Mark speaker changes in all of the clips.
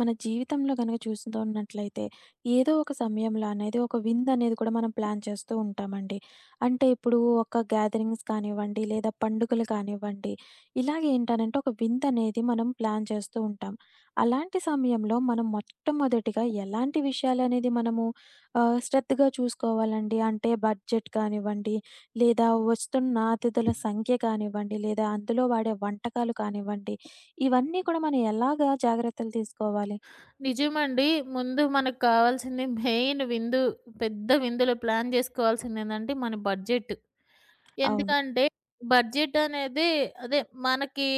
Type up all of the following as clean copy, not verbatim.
Speaker 1: మన జీవితంలో గనక చూస్తున్నట్లయితే ఏదో ఒక సమయంలో అనేది ఒక విందు అనేది కూడా మనం ప్లాన్ చేస్తూ ఉంటామండి. అంటే ఇప్పుడు ఒక గ్యాదరింగ్స్ కానివ్వండి, లేదా పండుగలు కానివ్వండి, ఇలాగే ఏంటనంటే ఒక విందు అనేది మనం ప్లాన్ చేస్తూ ఉంటాం. అలాంటి సమయంలో మనం మొట్టమొదటిగా ఎలాంటి విషయాలనేది మనము శ్రద్ధగా చూసుకోవాలండి? అంటే బడ్జెట్ కానివ్వండి, లేదా వస్తున్న అతిథుల సంఖ్య కానివ్వండి, లేదా అందులో వాడే వంటకాలు కానివ్వండి, ఇవన్నీ కూడా మనం ఎలాగా జాగ్రత్తలు తీసుకోవాలి?
Speaker 2: నిజమండి. ముందు మనకు కావాల్సింది మెయిన్ విందు, పెద్ద విందులో ప్లాన్ జేసుకోవాల్సింది ఏందంటే మన బడ్జెట్.
Speaker 1: అవును.
Speaker 2: ఎందుకంటే బడ్జెట్ అనేది అదే మనకి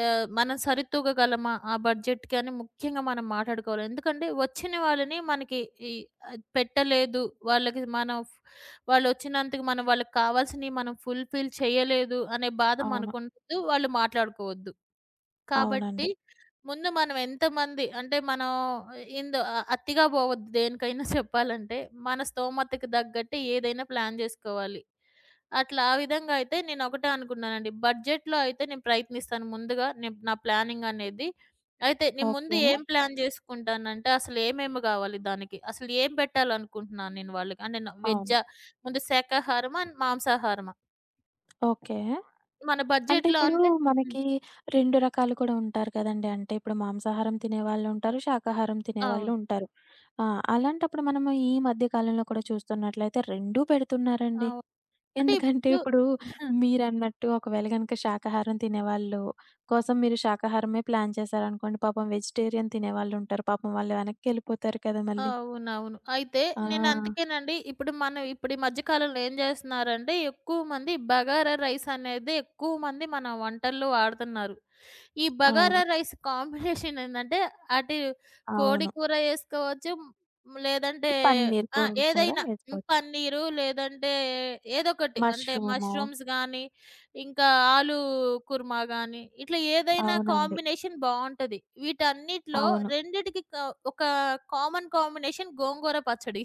Speaker 2: మనం సరితూగగలమా ఆ బడ్జెట్‌కి అని ముఖ్యంగా మనం మాట్లాడుకోవాలి. ఎందుకంటే వచ్చిన వాళ్ళని మనకి ఈ పెట్టలేదు. వాళ్ళకి మనం ఫ్ వాళ్ళొచ్చినంతకి మనం వాళ్ళకి కావాల్సినయి మనం ఫుల్‌ఫిల్ చేయలేదు అనే బాధ
Speaker 1: అవును.
Speaker 2: మనకుండద్దు. వాళ్ళు మాట్లాడుకోవద్దు. కాబట్టి
Speaker 1: అవునండి.
Speaker 2: ముందు మనం ఎంతమంది అంటే మనం అతిగా పోవద్దు దేనికైనా చెప్పాలంటే మన స్తోమతకి తగ్గట్టు ఏదైనా ప్లాన్ చేసుకోవాలి. అట్లా ఆ విధంగా అయితే నేను ఒకటే అనుకున్నానండి, బడ్జెట్ లో అయితే నేను ప్రయత్నిస్తాను ముందుగా నేను నా ప్లానింగ్ అనేది, అయితే నేను ముందు
Speaker 1: ఓకే.
Speaker 2: ఏం ప్లాన్ చేసుకుంటానంటే అసలు ఏమేమి కావాలి, దానికి అసలు ఏం పెట్టాలనుకుంటున్నాను నేను వాళ్ళకి అంటే వెజ్,
Speaker 1: అవును.
Speaker 2: ముందు శాకాహారమా మాంసాహారమా
Speaker 1: ఓకే.
Speaker 2: మన
Speaker 1: అంటే
Speaker 2: బడ్జెట్ లో
Speaker 1: ఇప్పుడు
Speaker 2: అంటే. ఉమ్,
Speaker 1: మనకి 2 రకాలు కూడా ఉంటారు కదండీ. అంటే ఇప్పుడు మాంసాహారం తినేవాళ్ళుంటారు. శాకాహారం
Speaker 2: అవును.
Speaker 1: తినేవాళ్ళుంటారు. ఆ! అలాంటప్పుడు మనము ఈ మధ్య కాలంలో కూడా చూస్తున్నట్లయితే 2 పెడుతున్నారండి.
Speaker 2: అవును అంటే
Speaker 1: ఎందుకంటే
Speaker 2: ఇప్పుడు
Speaker 1: ఇప్పుడు మీరన్నట్టు ఒకవేళ గనక శాకాహారం తినేవాళ్ళు కోసం మీరు శాకాహారమే ప్లాన్ చేశారనుకోండి. పాపం వెజిటేరియన్ తినేవాళ్ళుంటారు. పాపం వాళ్ళు వెనక్కెళ్ళిపోతారు కదా! మళ్ళీ.
Speaker 2: అవునవును. అయితే
Speaker 1: ఆ!
Speaker 2: నేనందుకేనండి, ఇప్పుడు ఈ మధ్య కాలంలో ఏం జేస్తున్నారంటే ఎక్కువ మంది బగారా రైస్ అనేది ఎక్కువ మంది మన వంటల్లో వాడుతున్నారు. ఈ
Speaker 1: అవును.
Speaker 2: బగారా రైస్ కాంబినేషన్ ఏందంటే, అటు కోడి
Speaker 1: అవును.
Speaker 2: కూర చేసుకోవచ్చు. లేదంటే
Speaker 1: ఇటు పన్నీర్
Speaker 2: ఆ,
Speaker 1: కోరుడు కూర
Speaker 2: ఏదైనా
Speaker 1: వేసుకోవచ్చు.
Speaker 2: పన్నీరు, లేదంటే ఏదొకటి అంటే
Speaker 1: మష్రూము
Speaker 2: మష్రూమ్స్ గానీ, ఇంకా ఆలు కుర్మా గానీ, ఇట్లా ఏదైనా
Speaker 1: అవునండి.
Speaker 2: కాంబినేషన్ బావుంటది. వీటన్నిటిలో
Speaker 1: అవును.
Speaker 2: రెండిటికి క ఒక కామన్ కాంబినేషన్ గోంగూర పచ్చడి.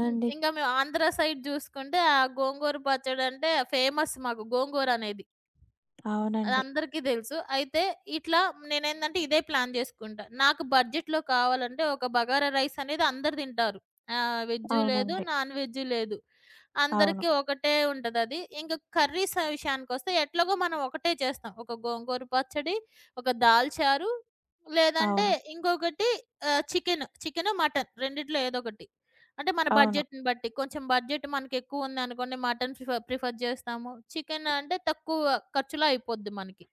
Speaker 2: హ్మ్. ఇంక మేము ఆంధ్ర సైడ్ జూసుకుంటే, ఆ గోంగూర పచ్చడంటే ఫేమస్, మాకు గోంగూర అనేది
Speaker 1: అవునండి.
Speaker 2: అదందరికీ తెలుసు. అయితే ఇట్లా నేనేందంటే ఇదే ప్లాన్ జేసుకుంటా. నాకు బడ్జెట్‌లో కావాలంటే ఒక బగారా రైస్ అనేది అందరు తింటారు. వెజ్జు లేదు,
Speaker 1: అవునండి.
Speaker 2: నాన్ వెజ్జు లేదు,
Speaker 1: అవును.
Speaker 2: అందరికీ ఒకటే ఉంటదది. ఇంక కర్రీస్ విషయానికొస్తే ఎట్లాగో మనం ఒకటే చేస్తాం. ఒక గోంగూర పచ్చడి, ఒక దాల్చారు, లేదంటే
Speaker 1: అవును.
Speaker 2: ఇంకొకటి చికెను, మటన్ రెండిట్లో ఏదో ఒకటి, అంటే మన
Speaker 1: అవును.
Speaker 2: బడ్జెట్‌ని బట్టి. కొంచెం బడ్జెట్ మనకెక్కువ ఉందనుకోండి మటన్ ప్రిఫర్ ప్రిఫర్ జేస్తాము. చికెన్ అంటే తక్కువ ఖర్చులో అయిపోద్ది మనకి.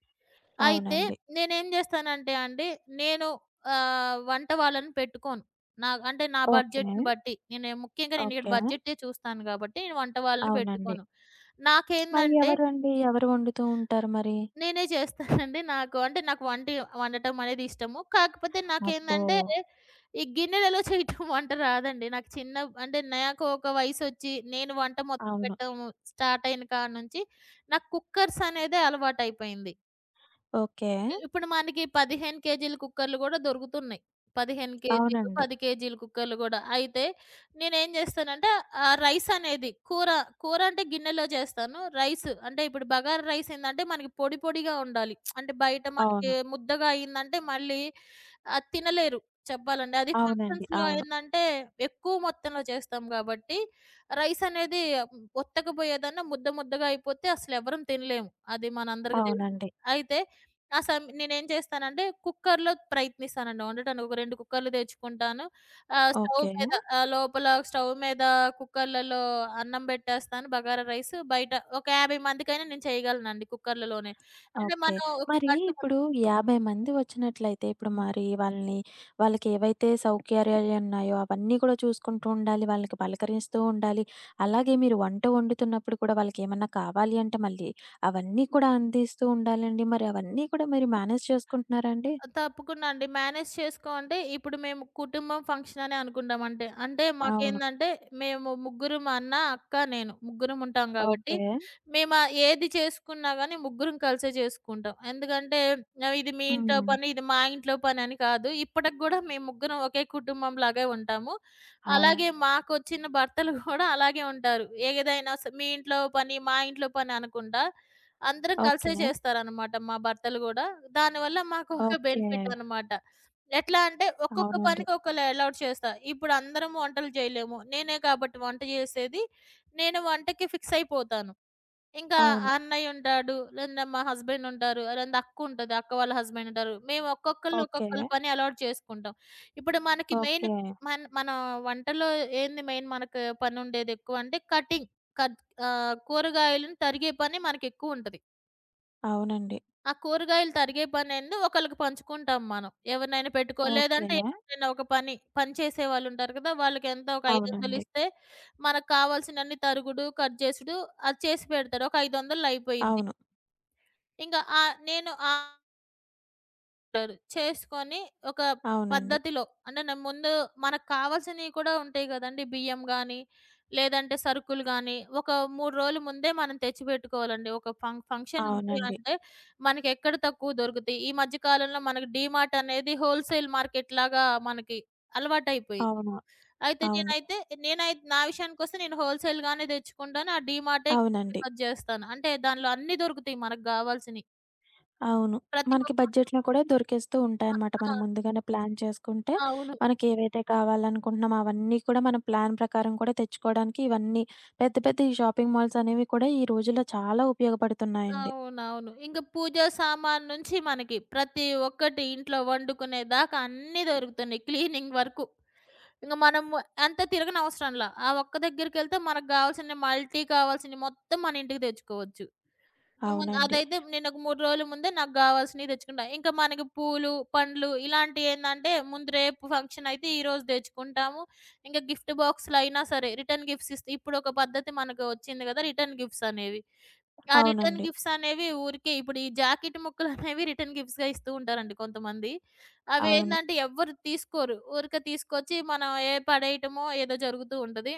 Speaker 2: అయితే
Speaker 1: అవునండి.
Speaker 2: నేనేం జేస్తానంటే అండి, నేను వంట వాళ్ళని పెట్టుకోను. నా
Speaker 1: ఓకే.
Speaker 2: బడ్జెట్‌ని బట్టి. నేను ముఖ్యంగా నేను ఇక్కడ
Speaker 1: ఓకే.
Speaker 2: బడ్జెటే చూస్తాను గాబట్టి, నేను వంట వాళ్ళని
Speaker 1: అవునండి.
Speaker 2: పెట్టుకోను.
Speaker 1: మరి
Speaker 2: నాకేందంటే
Speaker 1: ఎవరండి? ఎవరు వండుతూ ఉంటారు మరి?
Speaker 2: నేనే చేస్తానండి. నాకు వంట వండటం అనేది ఇష్టము. కాకపోతే
Speaker 1: అబ్బో!
Speaker 2: నాకేందంటే ఈ గిన్నెలలో చేయటం వంట రాదండి. నాకు చిన్న అంటే నాకు ఒక వయసొచ్చి నేను వంట
Speaker 1: అవును.
Speaker 2: మొదలుపెట్టడం స్టార్ట్ అయిన కాడ నుంచి నాకు కుక్కర్స్ అనేదే అలవాటయిపోయింది.
Speaker 1: ఓకే.
Speaker 2: ఇప్పుడు మనకి 15 కేజీల కుక్కర్‌లు గూడా దొరుకుతున్నాయి. 15 కేజీలు,
Speaker 1: అవునండి.
Speaker 2: 10 కేజీల కుక్కర్‌లు గూడా. అయితే నేనేం జేస్తానంటే రైస్ అనేది కూర, కూర అంటే గిన్నెలో జేస్తాను. రైస్ అంటే ఇప్పుడు బగారా రైస్ ఏందంటే మనకి పొడి పొడిగా ఉండాలి. అంటే బయట మనకి
Speaker 1: అవును.
Speaker 2: ముద్దగా అయిందంటే మళ్ళీ అది తినలేరు చెప్పాలంటే. అది
Speaker 1: అవునండి.
Speaker 2: ఫంక్షన్స్‌లో
Speaker 1: అవును.
Speaker 2: ఏందంటే ఎక్కువ మొత్తంలో చేస్తాం గాబట్టి, రైస్ అనేది ఒత్తకపోయేదన్నా ముద్ద ముద్దగా అయిపోతే అసలెవరం తినలేము. అది మనందరికీ తెలిసిందే.
Speaker 1: అవునండి.
Speaker 2: అయితే ఆ సమ్ నేనేం చేస్తానంటే కుక్కర్‌లో ప్రయత్నిస్తానండి వండటానికి. ఒక 2 కుక్కర్‌లు తెచ్చుకుంటాను. ఆహ్, స్టవ్
Speaker 1: ఓకే.
Speaker 2: మీద ఆహ్, లోపల స్టవ్ మీద కుక్కర్‌లలో అన్నం పెట్టేస్తాను, బగారా రైస్. బయట ఒక 50 మందికైనా నేను చేయగలనండి కుక్కర్‌లలోనే. అంటే
Speaker 1: ఓకే.
Speaker 2: మనం ఒక
Speaker 1: మరి
Speaker 2: గంట. హ్మ్.
Speaker 1: ఇప్పుడు 50 మంది వచ్చినట్లయితే, ఇప్పుడు మరి వాళ్ళని వాళ్ళకి ఏవైతే సౌకర్యాలున్నాయో అవన్నీ కూడా చూసుకుంటూ ఉండాలి. వాళ్ళకి పలకరిస్తూ ఉండాలి. అలాగే మీరు వంట వండుతున్నప్పుడు కూడా వాళ్ళకేమన్నా కావాలి అంటే మళ్ళీ అవన్నీ కూడా అందిస్తూ ఉండాలండి. మరి అవన్నీ కూడా మీరు మేనేజ్ చేసుకుంటున్నారా అండి?
Speaker 2: తప్పకుండా అండి. మేనేజ్ చేసుకో అంటే ఇప్పుడు మేము కుటుంబం ఫంక్షన్ అనే అనుకుంటాం అంటే. అంటే
Speaker 1: అవును.
Speaker 2: మాకేందంటే మేము ముగ్గురం, మా అన్న, అక్క, నేను ముగ్గురం ఉంటాం గాబట్టి
Speaker 1: ఓకే.
Speaker 2: మేము ఏది చేసుకున్నా గానీ ముగ్గురం కలిసే చేసుకుంటాం. ఎందుకంటే ఇది మీ ఇంట్లో
Speaker 1: హ్మ్.
Speaker 2: పని, ఇది మా ఇంట్లో పని అని కాదు. ఇప్పటికి గూడా మేము ముగ్గురం ఒకే కుటుంబం లాగే ఉంటాము. అలాగే
Speaker 1: అవును.
Speaker 2: మాకొచ్చిన భర్తలు గూడా అలాగే ఉంటారు. ఏదైనా స మీ ఇంట్లో పని, మా ఇంట్లో పని అనుకుండా అందరం కలిసే
Speaker 1: ఓకే.
Speaker 2: చేస్తారనమాట మా భర్తలు గూడా. దానివల్ల మాకు ఒక
Speaker 1: ఓకే.
Speaker 2: బెనిఫిట్ అనమాట. ఎట్లా అంటే ఒక్కొక్క
Speaker 1: అవునండి.
Speaker 2: పనికి ఒకళ్ళు అలౌట్ చేస్తా. ఇప్పుడు అందరం వంటలు చేయలేము. నేనే కాబట్టి వంట చేసేది. నేను వంటకి ఫిక్స్ అయిపోతాను. ఇంకా
Speaker 1: అవును.
Speaker 2: అన్నయ్య ఉంటాడు. లేదా మా హస్బెండ్ ఉంటారు. లేదా అక్క ఉంటది. అక్క వాళ్ళ హస్బెండ్ ఉంటారు. మేము ఒక్కొక్కళ్ళు
Speaker 1: ఓకే.
Speaker 2: ఒక్కొక్కళ్ళ పని అలౌట్ చేసుకుంటాం. ఇప్పుడు మనకి మెయిన్,
Speaker 1: ఓకే.
Speaker 2: మన మన వంటలో ఏంది మెయిన్ మనకు పనుండేది ఎక్కువ అంటే కటింగ్. కట్ కూరగాయలను తరిగే పని మనకెక్కువుంటది.
Speaker 1: అవునండి.
Speaker 2: ఆ కూరగాయలు తరిగే పనేంది ఒకళ్ళకి పంచుకుంటాం మనం. ఎవరినైనా పెట్టుకో
Speaker 1: ఓకే.
Speaker 2: లేదంటే ఎవరైనా ఒక పని చేసేవాళ్ళుంటారు కదా! వాళ్ళకెంత ఒక 500
Speaker 1: అవునండి.
Speaker 2: ఇస్తే మనకు కావాల్సినన్ని తరుగుడు, కట్ చేసుడు అది చేసి పెడతారు. ఒక 500 అయిపోయిద్ది.
Speaker 1: అవును.
Speaker 2: ఇంక ఆహ్, నేను ఆ ఉంటారు. చేసుకొని ఒక
Speaker 1: అవునండి.
Speaker 2: పద్ధతిలో అంటే నేను ముందు మనకు కావాల్సినవి కూడా ఉంటాయి గదండీ! బియ్యం గానీ, లేదంటే సరుకులు గానీ, ఒక 3 రోజుల ముందే మనం తెచ్చిపెట్టుకోవాలండి. ఒక ఫంక్షన్ ఉంది
Speaker 1: అవునండి.
Speaker 2: అంటే మనకెక్కడ తక్కువ దొరుకుతాయి. ఈ మధ్య కాలంలో మనకు డీమార్ట్ అనేది హోల్‌సేల్ మార్కెట్‌లాగా మనకి అలవాటైపోయింది.
Speaker 1: అవును.
Speaker 2: అయితే
Speaker 1: అవును.
Speaker 2: నేనైతే నేనై నా విషయానికొస్తే నేను హోల్‌సేల్‌గానే తెచ్చుకుంటాను. ఆ డీమార్టే ఎక్కువ
Speaker 1: అవునండి.
Speaker 2: ప్రిఫర్ జేస్తాను. అంటే దానిలో అన్నీ దొరుకుతాయి మనకు గావాల్సినయి.
Speaker 1: అవును.
Speaker 2: ప్రతి
Speaker 1: మనకి
Speaker 2: ఒక్క.
Speaker 1: బడ్జెట్‌లో కూడా దొరికేస్తూ ఉంటాయన్నమాట.
Speaker 2: ఆ,
Speaker 1: మనం ముందుగానే ప్లాన్ చేసుకుంటే,
Speaker 2: అవును.
Speaker 1: మనకేవైతే కావాలనుకుంటున్నామో అవన్నీ కూడా మనం ప్లాన్ ప్రకారం కూడా తెచ్చుకోవడానికి ఇవన్నీ పెద్ద పెద్ద ఈ షాపింగ్ మాల్స్ అనేవి కూడా ఈ రోజుల్లో చాలా ఉపయోగపడుతున్నాయండి.
Speaker 2: అవునవును. ఇంక పూజా సామాను నుంచి మనకి ప్రతి ఒక్కటి ఇంట్లో వండుకునే దాకా అన్నీ దొరుకుతున్నాయి, క్లీనింగ్ వరకు. ఇంక మనము అంత తిరగనవసరంలా. ఆ ఒక్క దగ్గరికెళ్తే మనకు గావాల్సిన మల్టీ కావాల్సినయి మొత్తం మన ఇంటికి తెచ్చుకోవచ్చు. ఇంక ముందు
Speaker 1: అవునండి.
Speaker 2: అదైతే నేనొక 3 రోజుల ముందే నాకు గావాల్సినయి తెచ్చుకుంటా. ఇంకా మనకి పూలు, పండ్లు ఇలాంటియేందంటే ముందు రేపు ఫంక్షనయితే ఈరోజు తెచ్చుకుంటాము. ఇంక గిఫ్ట్ బాక్స్‌లయినా సరే, రిటర్న్ గిఫ్ట్స్ ఇస్తే ఇప్పుడొక పద్ధతి మనకు వచ్చింది గదా, రిటర్న్ గిఫ్ట్స్ అనేవి. ఆ రిటర్న్
Speaker 1: అవునండి.
Speaker 2: గిఫ్ట్స్ అనేవి ఊరికే ఇప్పుడు ఈ జాకెట్ ముక్కలనేవి రిటర్న్ గిఫ్ట్స్‌గా ఇస్తూ ఉంటారండి కొంతమంది.
Speaker 1: అవును.
Speaker 2: అవేందంటే ఎవ్వరు తీసుకోరు. ఊరికే తీసుకొచ్చి మనం ఏ పడేయటమో ఏదో జరుగుతూ ఉంటది.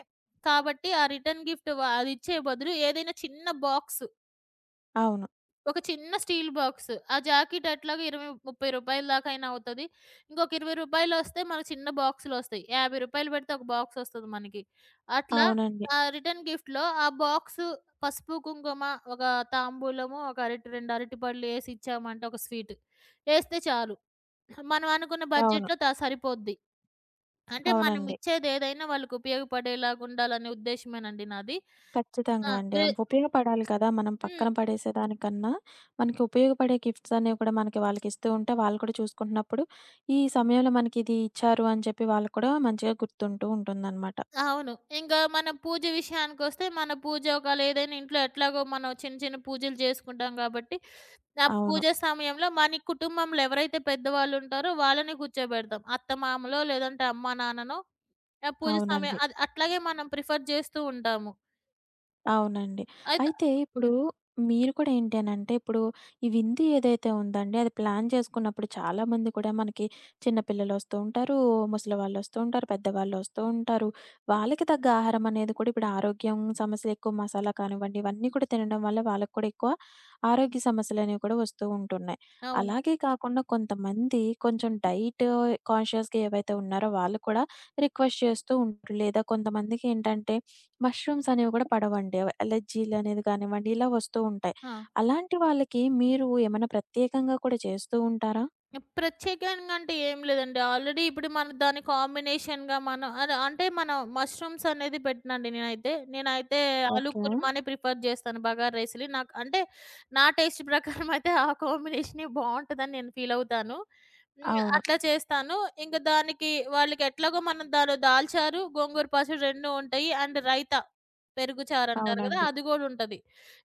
Speaker 2: కాబట్టి ఆ రిటర్న్ గిఫ్ట్ వా అదిచ్చే బదులు ఏదైనా చిన్న బాక్స్,
Speaker 1: అవును.
Speaker 2: ఒక చిన్న స్టీల్ బాక్స్. ఆ జాకెట్ అట్లాగే రూ. 20, 30 దాకైనా అవుతది. ఇంకొక రూ. 20 మనకు చిన్న బాక్సులొస్తాయి. రూ. 50 పెడితే ఒక బాక్సొస్తది మనకి. అట్లా
Speaker 1: అవునండి.
Speaker 2: ఆ రిటర్న్ గిఫ్ట్‌లో ఆ బాక్సు పసుపు, కుంకుమ, ఒక తాంబూలము, ఒక అరటి 2 అరటి పళ్ళు ఏసి ఇచ్చామంటే, ఒక స్వీట్ ఏస్తే చాలు. మనం అనుకున్న
Speaker 1: అవును.
Speaker 2: బడ్జెట్‌లో సరిపోద్ది. అంటే మనం
Speaker 1: అవునండి.
Speaker 2: ఇచ్చేదేదైనా వాళ్ళకి ఉపయోగపడేలాగా ఉండాలనే ఉద్దేశ్యమేనండి నాది. ఆ!
Speaker 1: ఖచ్చితంగా అండి.
Speaker 2: ప్రే
Speaker 1: అవి ఉపయోగపడాలి కదా! మనం
Speaker 2: హ్మ్.
Speaker 1: పక్కన పడేసేదానికన్నా, మనకి ఉపయోగపడే గిఫ్ట్స్ అనేవి కూడా మనకి వాళ్ళకిస్తూ ఉంటే, వాళ్ళు కూడా చూసుకుంటున్నప్పుడు, ఈ సమయంలో మనకిది ఇచ్చారు అని చెప్పి వాళ్ళకి కూడా మంచిగా గుర్తుంటూ ఉంటుందనమాట.
Speaker 2: అవును. ఇంకా మన పూజ విషయానికొస్తే, మన పూజ ఒకవేళ ఏదైనా ఇంట్లో ఎట్లాగో మనం చిన్న, చిన్న పూజలు చేసుకుంటాం గాబట్టి, ఆ
Speaker 1: అవును.
Speaker 2: పూజ సమయంలో మన కుటుంబంలో ఎవరైతే పెద్దవాళ్ళుంటారో వాళ్ళని కూర్చోబెడతాం. అత్తమామలో, లేదంటే అమ్మా నాన్ననో, ఆ పూజ సమయం
Speaker 1: అవునండి.
Speaker 2: అది అట్లాగే మనం ప్రిఫర్ చేస్తూ ఉంటాము.
Speaker 1: అవునండి.
Speaker 2: అయితే
Speaker 1: అయితే ఇప్పుడు
Speaker 2: హ్మ్.
Speaker 1: మీరు కూడా ఏంటి అనంటే, ఇప్పుడు ఈ విందు ఏదైతే ఉందండి, అది ప్లాన్ చేసుకున్నప్పుడు చాలామంది కూడా మనకి చిన్న పిల్లలొస్తూ ఉంటారు, ముసలి వాళ్ళొస్తూ ఉంటారు, పెద్దవాళ్ళొస్తూ ఉంటారు. వాళ్ళకి తగ్గ ఆహారం అనేది కూడా ఇప్పుడు ఆరోగ్యం సమస్యలు ఎక్కువ మసాలా కానివ్వండి, ఇవన్నీ కూడా తినడం వల్ల వాళ్ళకి కూడా ఎక్కువ ఆరోగ్య సమస్యలనేవి కూడా వస్తూ ఉంటున్నాయి.
Speaker 2: అవును.
Speaker 1: అలాగే కాకుండా కొంతమంది కొంచెం డైట్ కాన్షియస్‌గా ఏవైతే ఉన్నారో వాళ్ళు కూడా రిక్వెస్ట్ చేస్తూ ఉంటారు. లేదా కొంతమందికి ఏంటంటే మష్రూమ్స్ అనేవి కూడా పడవండి. అవి అలర్జీలు అనేది కానివ్వండి, ఇలా వస్తూ ఉంటాయి.
Speaker 2: ఆ,
Speaker 1: అలాంటి వాళ్ళకి మీరు ఏమైనా ప్రత్యేకంగా కూడా చేస్తూ ఉంటారా?
Speaker 2: ప్రత్యేకంగా అంటే ఏం లేదండి. ఆల్రెడీ ఇప్పుడు మన దాని కాంబినేషన్‌గా మనం అలా అంటే మనం మష్రూమ్స్ అనేది పెట్టనండి నేనైతే. నేనైతే ఆలు
Speaker 1: ఓకే.
Speaker 2: కుర్మానే ప్రిఫర్ చేస్తాను బగారా రైస్‌ని. నాకు అంటే నా టేస్ట్ ప్రకారం అయితే ఆ కాంబినేషనే బావుంటదని నేను ఫీల్ అవుతాను. హ్మ్.
Speaker 1: అవును.
Speaker 2: అట్లా చేస్తాను. ఇంక దానికి వాళ్ళకి ఎట్లాగో మనం దానిలో దాల్చారు, గోంగూర పచ్చడి 2 ఉంటాయి. అండ్ రైతా పెరుగు చారంటారు గదా,
Speaker 1: అవునండి.
Speaker 2: అది గూడా ఉంటది.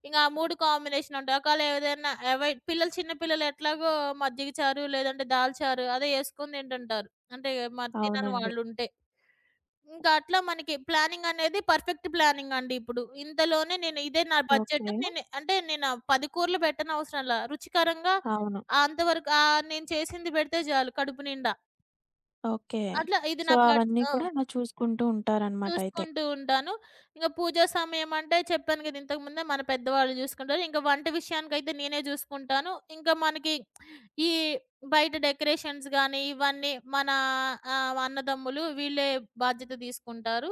Speaker 2: ఇంక ఆ 3 కాంబినేషన్ ఉంటాయి. ఒకవేళ ఏదైనా అవాయిడ్ పిల్లలు, చిన్న పిల్లలు ఎట్లాగో మజ్జిగ చారు లేదంటే దాల్ చారు అదే యేసుకొని తింటుంటారు. అంటే మరి తినని
Speaker 1: అవునండి.
Speaker 2: వాళ్ళుంటే. ఇంకా అట్లా మనకి ప్లానింగ్ అనేది పర్ఫెక్ట్ ప్లానింగ్ అండి ఇప్పుడు. ఇంతలోనే నేను ఇదే నా బడ్జెట్.
Speaker 1: ఓకే.
Speaker 2: నేను 10 కూరలు పెట్టనవసరంలా. రుచికరంగా
Speaker 1: అవును.
Speaker 2: ఆ అంతవరకు నేను చేసింది పెడితే చాలు కడుపు నిండా.
Speaker 1: ఓకే.
Speaker 2: అట్లా ఇది
Speaker 1: సో,
Speaker 2: నా బడ్జ్.
Speaker 1: అవన్నీ
Speaker 2: ఆ!
Speaker 1: కూడా అలా చూసుకుంటూ ఉంటారనమాట అయితే.
Speaker 2: చూసుకుంటూ ఉంటాను. ఇంక పూజ సమయం అంటే చెప్పాను గదా, ఇంతకు ముందే మన పెద్దవాళ్ళు జూసుకుంటారు. ఇంక వంట విషయానికైతే నేనే జూసుకుంటాను. ఇంకా మనకి ఈ బయట డెకరేషన్స్ గాని, ఇవన్నీ మన అన్నదమ్ములు వీళ్ళే బాధ్యత తీసుకుంటారు.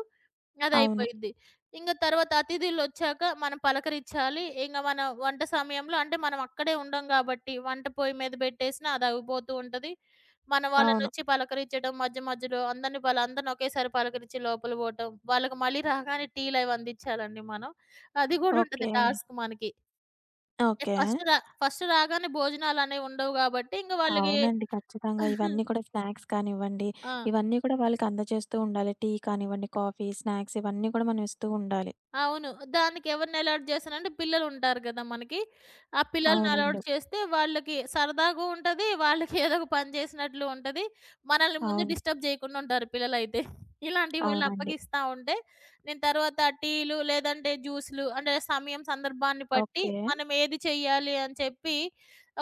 Speaker 1: అవును.
Speaker 2: అదయిపోయిద్ది. ఇంగ తర్వాత అతిథులొచ్చాక మనం పలకరించాలి. ఇంగ మన వంట సమయంలో అంటే మనం అక్కడే ఉండం గాబట్టి, వంట పొయ్యి మీద బెట్టేసినా అదవ్విపోతూ ఉంటది. మన
Speaker 1: అవును.
Speaker 2: వాళ్ళనొచ్చి పలకరించడం మధ్య మధ్యలో అందరిని వాళ్ళందరిని ఒకేసారి పలకరించి లోపల బోటం. వాళ్ళకి మళ్ళీ రాగానే టీలవి అందిచ్చాలండి మనం. అది గూడా ఉంటది
Speaker 1: ఓకే.
Speaker 2: టాస్క్ మనకి. అంటే
Speaker 1: ఓకే.
Speaker 2: ఫస్ట్ రాగానే భోజనాలనేవుండవు గాబట్టి, ఇంక వాళ్ళకి
Speaker 1: అవునండి. ఖచ్చితంగా ఇవన్నీ కూడా స్నాక్స్ కానివ్వండి,
Speaker 2: ఆ!
Speaker 1: ఇవన్నీ కూడా వాళ్ళకి అందజేస్తూ ఉండాలి. టీ కానివ్వండి, కాఫీ, స్నాక్స్ ఇవన్నీ కూడా మనం ఇస్తూ ఉండాలి.
Speaker 2: అవును. దానికి ఎవరిని అలౌట్ చేశానంటే పిల్లలుంటారు గదా మనకి. ఆ పిల్లల్ని ఓకే
Speaker 1: అవునండి.
Speaker 2: అలౌట్ చేస్తే వాళ్ళకి సరదాగా ఉంటది. వాళ్ళకి ఏదో ఒక పని చేసినట్లు ఉంటది. మనల్ని ముందు
Speaker 1: అవును.
Speaker 2: డిస్టర్బ్ చేయకుండా ఉంటారు పిల్లలైతే. ఇలాంటివి వాళ్ళు
Speaker 1: అవునండి.
Speaker 2: అప్పగిస్తా ఉంటే, నేను తర్వాత టీలు లేదంటే జ్యూస్‌లు అంటే సమయం సందర్భాన్ని బట్టి
Speaker 1: ఓకే.
Speaker 2: మనం ఏది చెయ్యాలి అని చెప్పి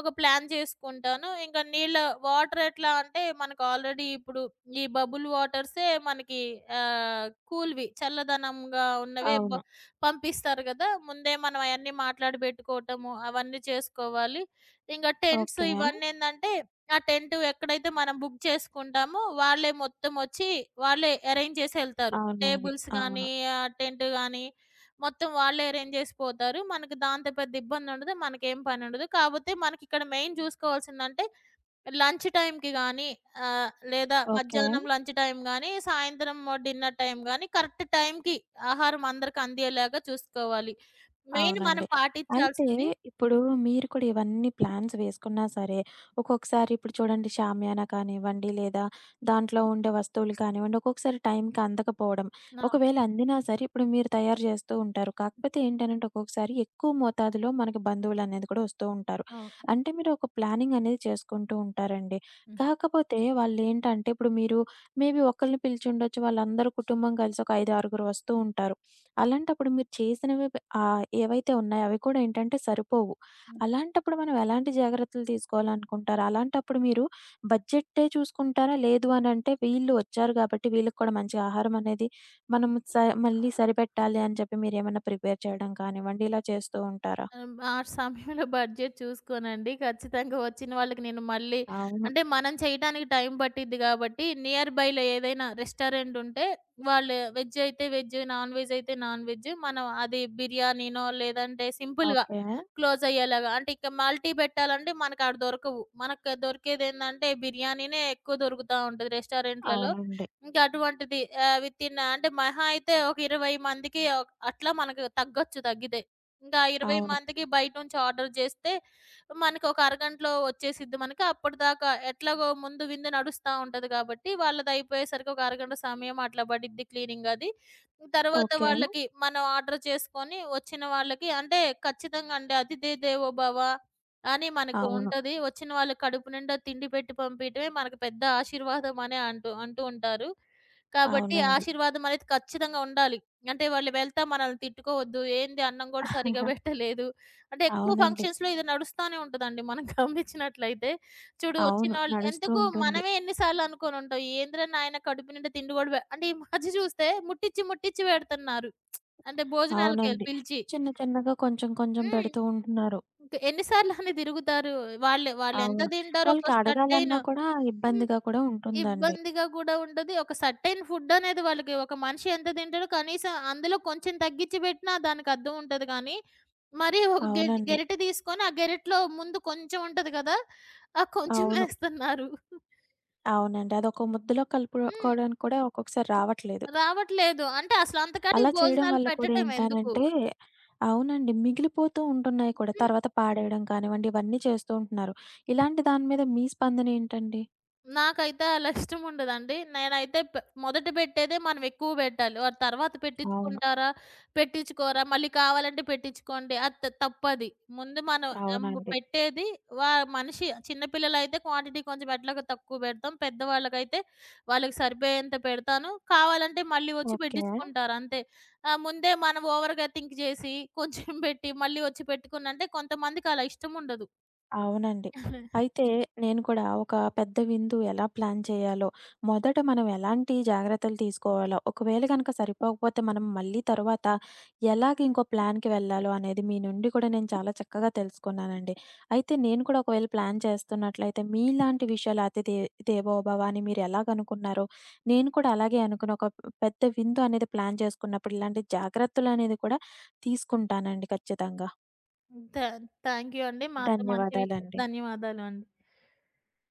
Speaker 2: ఒక ప్లాన్ చేసుకుంటాను. ఇంకా వాటర్ ఎట్లా అంటే మనకు ఆల్రెడీ ఇప్పుడు ఈ బబుల్ వాటర్సే మనకి కూల్‌వి చల్లదనంగా ఉన్నవే
Speaker 1: అవును.
Speaker 2: పంపిస్తారు గదా, ముందే మనం అయన్నీ మాట్లాడి బెట్టుకోవటము, అవన్నీ చేసుకోవాలి. ఇంగ టెంట్స్
Speaker 1: ఓకే.
Speaker 2: ఇవన్నేందంటే, ఆ టెంట్ ఎక్కడైతే మనం బుక్ చేసుకుంటామో, వాళ్ళే మొత్తమొచ్చి, వాళ్ళే అరేంజ్ చేసెళ్తారు.
Speaker 1: అవునండి.
Speaker 2: టేబుల్స్
Speaker 1: అవును.
Speaker 2: గానీ, టెంట్ గానీ, మొత్తం వాళ్ళే అరేంజ్ చేసి పోతారు. మనకి దాంతో పెద్ద ఇబ్బందుండదు. మనకేం పనుండదు. కాపోతే మనకిక్కడ మెయిన్ చూసుకోవాల్సిందంటే, లంచ్ టైమ్‌కి గానీ ఆహ్, లేదా
Speaker 1: ఓకే.
Speaker 2: మధ్యాహ్నం లంచ్ టైమ్ గానీ, సాయంత్రం డిన్నర్ టైమ్ గానీ కరెక్ట్ టైమ్‌కి ఆహారం అందరికి అందేలాగా చూసుకోవాలి. మెయిన్ మనం
Speaker 1: అవునండి. అయితే
Speaker 2: పాటించాల్సింది.
Speaker 1: ఇప్పుడు
Speaker 2: హ్మ్.
Speaker 1: మీరు కూడా ఇవన్నీ ప్లాన్స్ వేసుకున్నా సరే, ఒక్కొక్కసారి ఇప్పుడు చూడండి షామియానా కానివ్వండి, లేదా దాంట్లో ఉండే వస్తువులు కానివ్వండి, ఒక్కొక్కసారి టైంకి అందకపోవడం.
Speaker 2: అవును.
Speaker 1: ఒకవేళ అందినా సరే ఇప్పుడు మీరు తయారు చేస్తూ ఉంటారు. కాకపోతే ఏంటనంటే ఒక్కొక్కసారి ఎక్కువ మోతాదులో మనకి బంధువులనేది కూడా వస్తూ ఉంటారు.
Speaker 2: అవును.
Speaker 1: అంటే మీరు ఒక ప్లానింగ్ అనేది చేసుకుంటూ ఉంటారండి.
Speaker 2: హ్మ్.
Speaker 1: కాకపోతే వాళ్ళేంటంటే ఇప్పుడు మీరు మేబీ ఒకళ్ళని పిలిచి ఉండొచ్చు. వాళ్ళందరూ కుటుంబం కలిసి ఒక 5, 6గురు వస్తూ ఉంటారు. అలాంటప్పుడు మీరు చేసినవి ఏవైతే ఉన్నాయో అవి కూడా ఏంటంటే సరిపోవు.
Speaker 2: హ్మ్.
Speaker 1: అలాంటప్పుడు మనం ఎలాంటి జాగ్రత్తలు తీసుకోవాలనుకుంటారు? అలాంటప్పుడు మీరు బడ్జెట్టే చూసుకుంటారా? లేదు అనంటే వీళ్ళు వచ్చారు కాబట్టి వీళ్ళకి కూడా మంచి ఆహారం అనేది మనం స మళ్ళీ సరిపెట్టాలి అని చెప్పి మీరేమన్నా ప్రిపేర్ చేయడం కానివ్వండి, ఇలా చేస్తూ ఉంటారా?
Speaker 2: ఆ సమయంలో బడ్జెట్ చూసుకోనండి. ఖచ్చితంగా వచ్చిన వాళ్ళకి నేను మళ్ళీ
Speaker 1: అవును.
Speaker 2: అంటే మనం చేయటానికి టైం పట్టిద్ది గాబట్టి, నియర్ బైలో ఏదైనా రెస్టారెంట్ ఉంటే, వాళ్ళు వెజ్ అయితే వెజ్, నాన్ వెజ్ అయితే నాన్ వెజ్. మనం అది బిర్యానీనో లేదంటే సింపుల్‌గా
Speaker 1: ఓకే.
Speaker 2: క్లోజ్ అయ్యేలాగా. అంటే ఇక మల్టీ పెట్టాలంటే మనకు ఆడ దొరకవు. మనకు దొరికేదేందంటే బిర్యానీనే ఎక్కువ దొరుకుతా ఉంటది రెస్టారెంట్‌లలో.
Speaker 1: అవునండి.
Speaker 2: ఇంకా అటువంటిది వితిన్ అంటే మహా అయితే ఒక 20 మందికి అట్లా మనకు తగ్గొచ్చు తగ్గితే. ఇంకా 20
Speaker 1: అవును.
Speaker 2: మందికి బయట నుంచి ఆర్డర్ జేస్తే, మనకి ఒక అరగంటలో వచ్చేసిద్ది మనకి. అప్పటిదాకా ఎట్లాగో ముందు విందు నడుస్తా ఉంటది కాబట్టి, వాళ్ళదయిపోయేసరికి ఒక అరగంట సమయం అట్లా పడిద్ది, క్లీనింగ్ అది. తర్వాత
Speaker 1: ఓకే.
Speaker 2: వాళ్ళకి మనం ఆర్డర్ చేసుకొని వచ్చిన వాళ్ళకి అంటే ఖచ్చితంగా అండి, అతిథి దేవో భవ అని మనకి
Speaker 1: అవును.
Speaker 2: ఉంటది. వచ్చిన వాళ్ళకి కడుపు నిండా తిండి పెట్టి పంపియటమే మనకి పెద్ద ఆశీర్వాదం అనే అంటూ అంటూ ఉంటారు. కాబట్టి
Speaker 1: అవునండి.
Speaker 2: ఆశీర్వాదం అనేది ఖచ్చితంగా ఉండాలి. అంటే వాళ్ళు వెళ్తా మనల్ని తిట్టుకోవద్దు, ఏంది అన్నం గూడా సరిగ్గా
Speaker 1: ఆహా!
Speaker 2: పెట్టలేదు అంటే. ఎక్కువ
Speaker 1: అవునండి.
Speaker 2: ఫంక్షన్స్‌లో ఇది నడుస్తానే ఉంటదండి మనం గమనించినట్లయితే. చూడు
Speaker 1: అవును.
Speaker 2: వచ్చినోళ్ళు
Speaker 1: నడుస్తూ
Speaker 2: ఎందుకు,
Speaker 1: ఉంటుంది.
Speaker 2: మనమే ఎన్ని సార్లు అనుకోనుంటాం. ఏందిరా నాయన కడుపు నిండా తిండి గూడా అంటే, ఈ మధ్య చూస్తే ముట్టిచ్చి, ముట్టిచ్చి పెడుతున్నారు. అంటే భోజనాలకే
Speaker 1: అవునండి.
Speaker 2: పిలిచి.
Speaker 1: చిన్న చిన్నగా కొంచెం కొంచెం
Speaker 2: హ్మ్.
Speaker 1: పెడుతూ ఉంటున్నారు.
Speaker 2: ఇంక ఎన్ని సార్లని తిరుగుతారు. వాళ్ళు వాళ్ళెంత
Speaker 1: అవును.
Speaker 2: తింటారు,
Speaker 1: వాళ్ళకి
Speaker 2: ఒక సర్టైన్.
Speaker 1: అడగాలన్నా కూడా
Speaker 2: హ్మ్.
Speaker 1: ఇబ్బందిగా కూడా ఉంటుందండి.
Speaker 2: ఇబ్బందిగా కూడా ఉంటది. ఒక సర్టైన్ ఫుడ్ అనేది వాళ్ళకి, ఒక మనిషి ఎంత తింటాడో కనీసం అందులో కొంచెం తగ్గించి పెట్టినా దానికి అర్థం ఉంటది, కానీ మరీ ఒక
Speaker 1: అవునండి.
Speaker 2: గెరిటె తీసుకొని ఆ గెరిటలో ముందు కొంచెం ఉంటది కదా, ఆ
Speaker 1: అవును.
Speaker 2: కొంచెమేస్తున్నారు.
Speaker 1: అవునండి. అదొక ముద్దలో
Speaker 2: హ్మ్.
Speaker 1: కలుపుకోవడానికి కూడా ఒక్కొక్కసారి రావట్లేదు.
Speaker 2: రావట్లేదు. అంటే
Speaker 1: అలా
Speaker 2: అసలంతకాడికి
Speaker 1: చేయడం
Speaker 2: భోజనాలు
Speaker 1: వల్ల కూడా
Speaker 2: పెట్టటం ఎందుకు?
Speaker 1: ఏంటనంటే అవునండి. మిగిలిపోతూ ఉంటున్నాయి కూడా.
Speaker 2: హ్మ్.
Speaker 1: తర్వాత పాడేయడం కానివ్వండి, ఇవన్నీ చేస్తూ ఉంటున్నారు. ఇలాంటి దాని మీద మీ స్పందనేంటండి?
Speaker 2: నాకైతే అలా ఇష్టం ఉండదండి. నేనైతే పె మొదట పెట్టేదే మనం ఎక్కువ పెట్టాలి. వారు తర్వాత
Speaker 1: అవును.
Speaker 2: పెట్టించుకుంటారా, పెట్టించుకోరా, మళ్ళీ కావాలంటే పెట్టించుకోండి. అది తప్పది. ముందు మనం ఎం
Speaker 1: అవునండి.
Speaker 2: పెట్టేది వా మనిషి చిన్నపిల్లలైతే క్వాంటిటీ కొంచెం ఎట్లాగో తక్కువ పెడతాం. పెద్దవాళ్ళకైతే వాళ్ళకి సరిపోయేంత పెడతాను. కావాలంటే మళ్ళీ వచ్చి
Speaker 1: ఓకే.
Speaker 2: పెట్టించుకుంటారు అంతే. ముందే మనం ఓవర్‌గా థింక్ చేసి కొంచెం పెట్టి మళ్ళీ వచ్చి పెట్టుకున్నంటే కొంతమందికి అలా ఇష్టం ఉండదు.
Speaker 1: అవునండి. అయితే నేను కూడా ఒక పెద్ద విందు ఎలా ప్లాన్ చేయాలో, మొదట మనం ఎలాంటి జాగ్రత్తలు తీసుకోవాలో, ఒకవేళ గనక సరిపోకపోతే మనం మళ్ళీ తరువాత ఎలాగ ఇంకో ప్లాన్‌కి వెళ్ళాలో అనేది మీ నుండి కూడా నేను చాలా చక్కగా తెలుసుకున్నానండి. అయితే నేను కూడా ఒకవేళ ప్లాన్ చేస్తున్నట్లయితే మీలాంటి విషయాలు అతిథి దేవోభవ అని మీరు ఎలాగనుకున్నారో, నేను కూడా అలాగే అనుకుని ఒక పెద్ద విందు అనేది ప్లాన్ చేసుకున్నప్పుడు ఇలాంటి జాగ్రత్తలు అనేది కూడా తీసుకుంటానండి ఖచ్చితంగా.
Speaker 2: థా థాంక్ యూ అండి. మాతో మంచి విషయం,
Speaker 1: ధన్యవాదాలండి.
Speaker 2: ధన్యవాదాలు అండి.